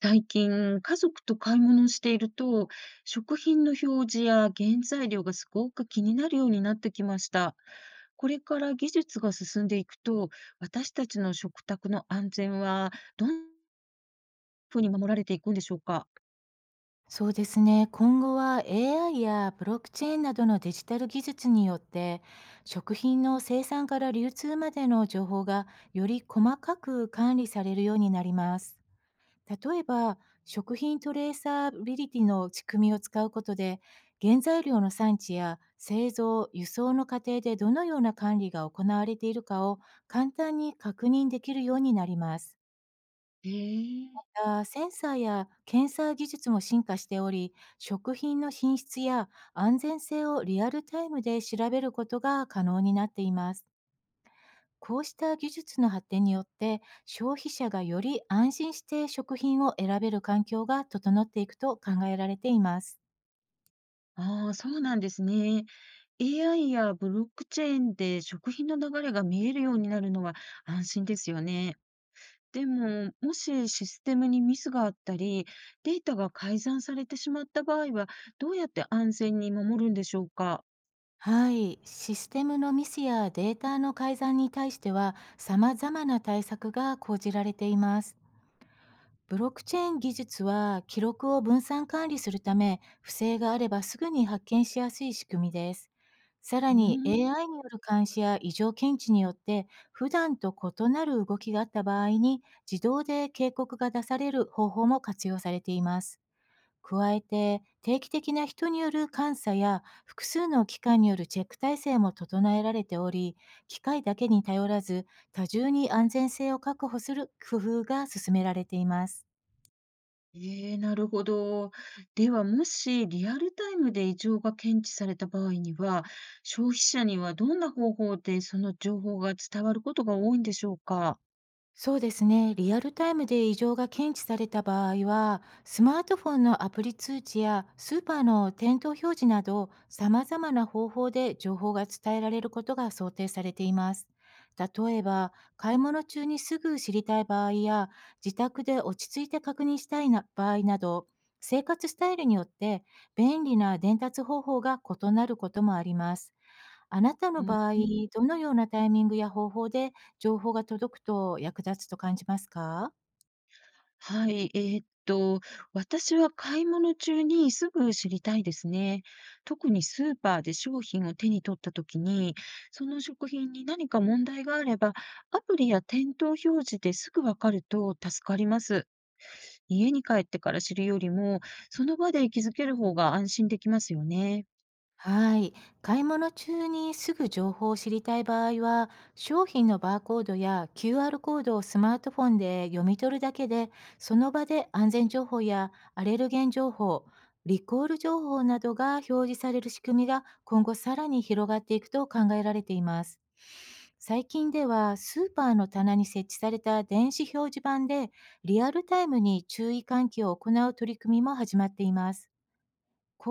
最近、家族と買い物をしていると、食品の表示や原材料がすごく気になるようになってきました。これから技術が進んでいくと、私たちの食卓の安全はどんなふうに守られていくんでしょうか。そうですね。今後は AI やブロックチェーンなどのデジタル技術によって、食品の生産から流通までの情報が、より細かく管理されるようになります。例えば、食品トレーサビリティの仕組みを使うことで、原材料の産地や製造、輸送の過程でどのような管理が行われているかを簡単に確認できるようになります。へえ。たセンサーや検査技術も進化しており、食品の品質や安全性をリアルタイムで調べることが可能になっています。こうした技術の発展によって、消費者がより安心して食品を選べる環境が整っていくと考えられています。ああ、そうなんですね。AI やブロックチェーンで食品の流れが見えるようになるのは安心ですよね。でも、もしシステムにミスがあったり、データが改ざんされてしまった場合は、どうやって安全に守るんでしょうか？はい、システムのミスやデータの改ざんに対しては、様々な対策が講じられています。ブロックチェーン技術は記録を分散管理するため、不正があればすぐに発見しやすい仕組みです。さらうーに ん。AI による監視や異常検知によって、普段と異なる動きがあった場合に自動で警告が出される方法も活用されています。加えて、定期的な人による監査や複数の機関によるチェック体制も整えられており、機械だけに頼らず多重に安全性を確保する工夫が進められています。ええ、なるほど。では、もしリアルタイムで異常が検知された場合には、消費者にはどんな方法でその情報が伝わることが多いんでしょうか？そうですね。リアルタイムで異常が検知された場合は、スマートフォンのアプリ通知やスーパーの店頭表示など、様々な方法で情報が伝えられることが想定されています。例えば、買い物中にすぐ知りたい場合や、自宅で落ち着いて確認したいな場合など、生活スタイルによって便利な伝達方法が異なることもあります。あなたのうー場合、ん。どのようなタイミングや方法で情報が届くと役立つと感じますか？はい、私は買い物中にすぐ知りたいですね。特にスーパーで商品を手に取ったときに、その食品に何か問題があれば、アプリや店頭表示ですぐわかると助かります。家に帰ってから知るよりも、その場で気づける方が安心できますよね。はい。買い物中にすぐ情報を知りたい場合は、商品のバーコードや QR コードをスマートフォンで読み取るだけで、その場で安全情報やアレルゲン情報、リコール情報などが表示される仕組みが今後さらに広がっていくと考えられています。最近ではスーパーの棚に設置された電子表示板でリアルタイムに注意喚起を行う取り組みも始まっています。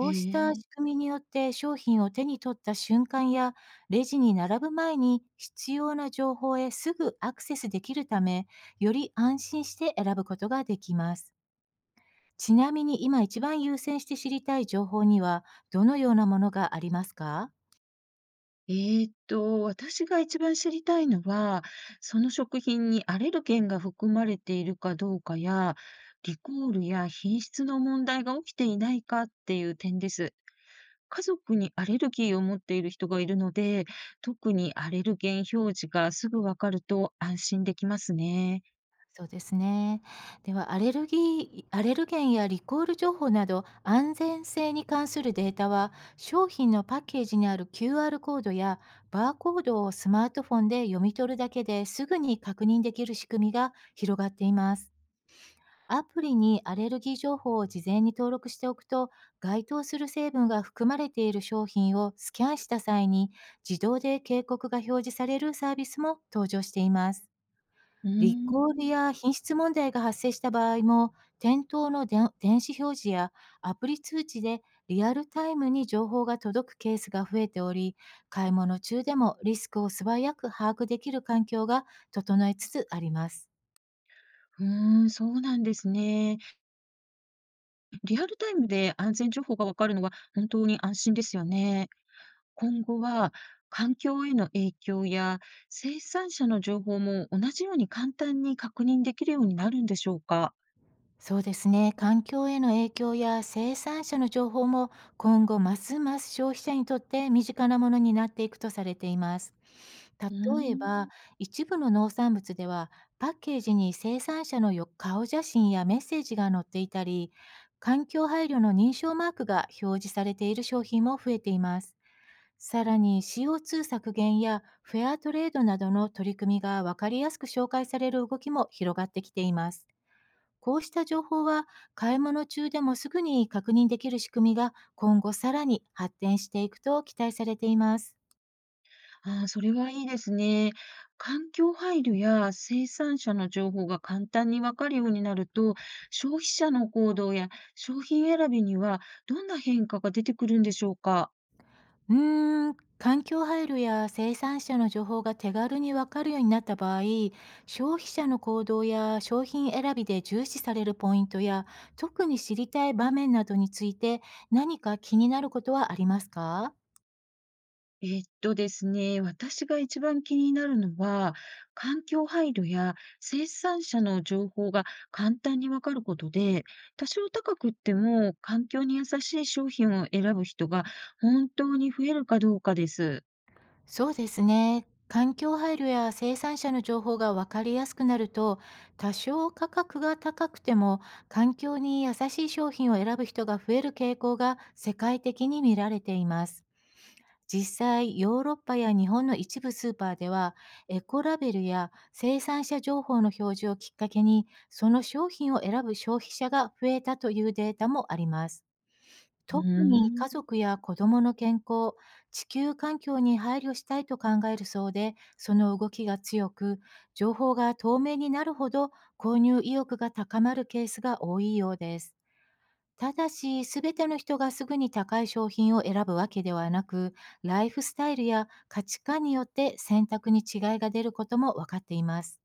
へうしたえ。仕組みによって商品を手に取った瞬間やレジに並ぶ前に必要な情報へすぐアクセスできるため、より安心して選ぶことができます。ちなみに今一番優先して知りたい情報にはどのようなものがありますか？ええと、私が一番知りたいのは、その食品にアレルゲンが含まれているかどうかや、リコールや品質の問題が起きていないかっていう点です。家族にアレルギーを持っている人がいるので、特にアレルゲン表示がすぐわかると安心できますね。そうですね。では、アレルギー、アレルゲンやリコール情報など安全性に関するデータは、商品のパッケージにある QR コードやバーコードをスマートフォンで読み取るだけですぐに確認できる仕組みが広がっています。アプリにアレルギー情報を事前に登録しておくと、該当する成分が含まれている商品をスキャンした際に、自動で警告が表示されるサービスも登場しています。うーリん。コールや品質問題が発生した場合も、店頭ので電子表示やアプリ通知でリアルタイムに情報が届くケースが増えており、買い物中でもリスクを素早く把握できる環境が整えつつあります。うーん、そうなんですね。リアルタイムで安全情報がわかるのは本当に安心ですよね。今後は環境への影響や生産者の情報も同じように簡単に確認できるようになるんでしょうか。そうですね。環境への影響や生産者の情報も今後ますます消費者にとって身近なものになっていくとされています。うー例えば、ん。一部の農産物ではパッケージに生産者のよ顔写真やメッセージが載っていたり、環境配慮の認証マークが表示されている商品も増えています。さらに CO2 削減やフェアトレードなどの取り組みが分かりやすく紹介される動きも広がってきています。こうした情報は買い物中でもすぐに確認できる仕組みが今後さらに発展していくと期待されています。ああ、それはいいですね。環境配慮や生産者の情報が簡単にわかるようになると、消費者の行動や商品選びにはどんな変化が出てくるんでしょうか。うーん、環境配慮や生産者の情報が手軽にわかるようになった場合、消費者の行動や商品選びで重視されるポイントや特に知りたい場面などについて何か気になることはありますか？ですね、私が一番気になるのは、環境配慮や生産者の情報が簡単にわかることで、多少高くっても環境に優しい商品を選ぶ人が本当に増えるかどうかです。そうですね。環境配慮や生産者の情報が分かりやすくなると、多少価格が高くても環境に優しい商品を選ぶ人が増える傾向が世界的に見られています。実際、ヨーロッパや日本の一部スーパーでは、エコラベルや生産者情報の表示をきっかけに、その商品を選ぶ消費者が増えたというデータもあります。う特にー家ん。族や子どもの健康、地球環境に配慮したいと考えるそうで、その動きが強く、情報が透明になるほど購入意欲が高まるケースが多いようです。ただし、すべての人がすぐに高い商品を選ぶわけではなく、ライフスタイルや価値観によって選択に違いが出ることも分かっています。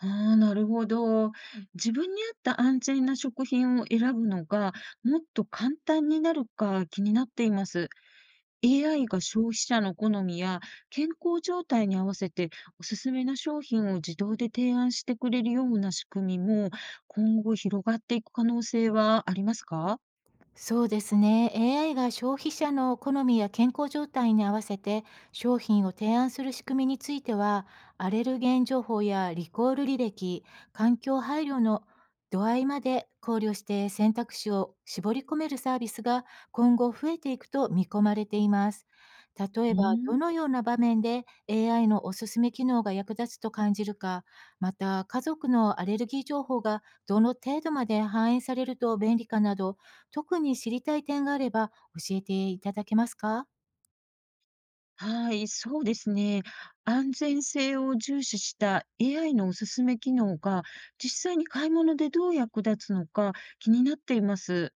ああ、なるほど。自分に合った安全な食品を選ぶのがもっと簡単になるか気になっています。AI が消費者の好みや健康状態に合わせておすすめの商品を自動で提案してくれるような仕組みも今後広がっていく可能性はありますか？そうですね。AI が消費者の好みや健康状態に合わせて商品を提案する仕組みについては、アレルゲン情報やリコール履歴、環境配慮の度合いまで考慮して選択肢を絞り込めるサービスが今後増えていくと見込まれています。例えうーば、どん。のような場面で AI のおすすめ機能が役立つと感じるか、また家族のアレルギー情報がどの程度まで反映されると便利かなど、特に知りたい点があれば教えていただけますか？はい、そうですね。安全性を重視した AI のおすすめ機能が実際に買い物でどう役立つのか気になっています。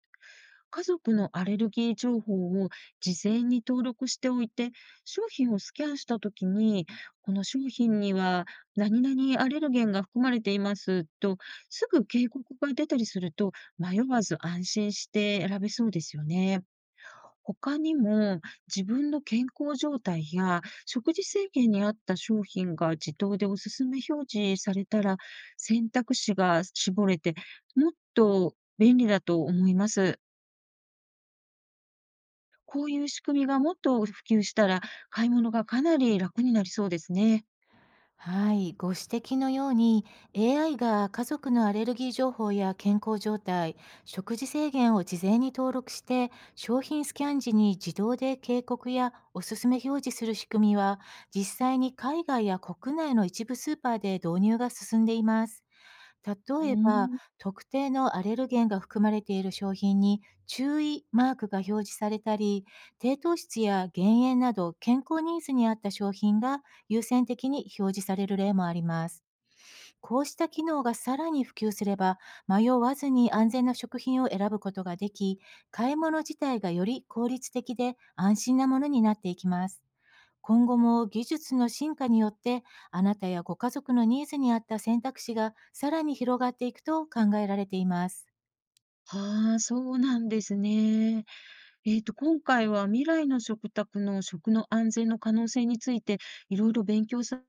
家族のアレルギー情報を事前に登録しておいて、商品をスキャンしたときに、この商品には何々アレルゲンが含まれていますと、すぐ警告が出たりすると、迷わず安心して選べそうですよね。他にも自分の健康状態や食事制限に合った商品が自動でおすすめ表示されたら選択肢が絞れてもっと便利だと思います。こういう仕組みがもっと普及したら、買い物がかなり楽になりそうですね。はい、ご指摘のように AI が家族のアレルギー情報や健康状態、食事制限を事前に登録して商品スキャン時に自動で警告やおすすめ表示する仕組みは実際に海外や国内の一部スーパーで導入が進んでいます。うー例えばん。特定のアレルゲンが含まれている商品に注意マークが表示されたり低糖質や減塩など健康ニーズに合った商品が優先的に表示される例もあります。こうした機能がさらに普及すれば、迷わずに安全な食品を選ぶことができ、買い物自体がより効率的で安心なものになっていきます。今後も技術の進化によって、あなたやご家族のニーズに合った選択肢がさらに広がっていくと考えられています。はあ、そうなんですね。今回は未来の食卓の食の安全の可能性について、いろいろ勉強さ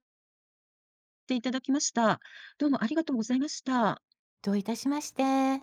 せていただきました。どうもありがとうございました。どういたしまして。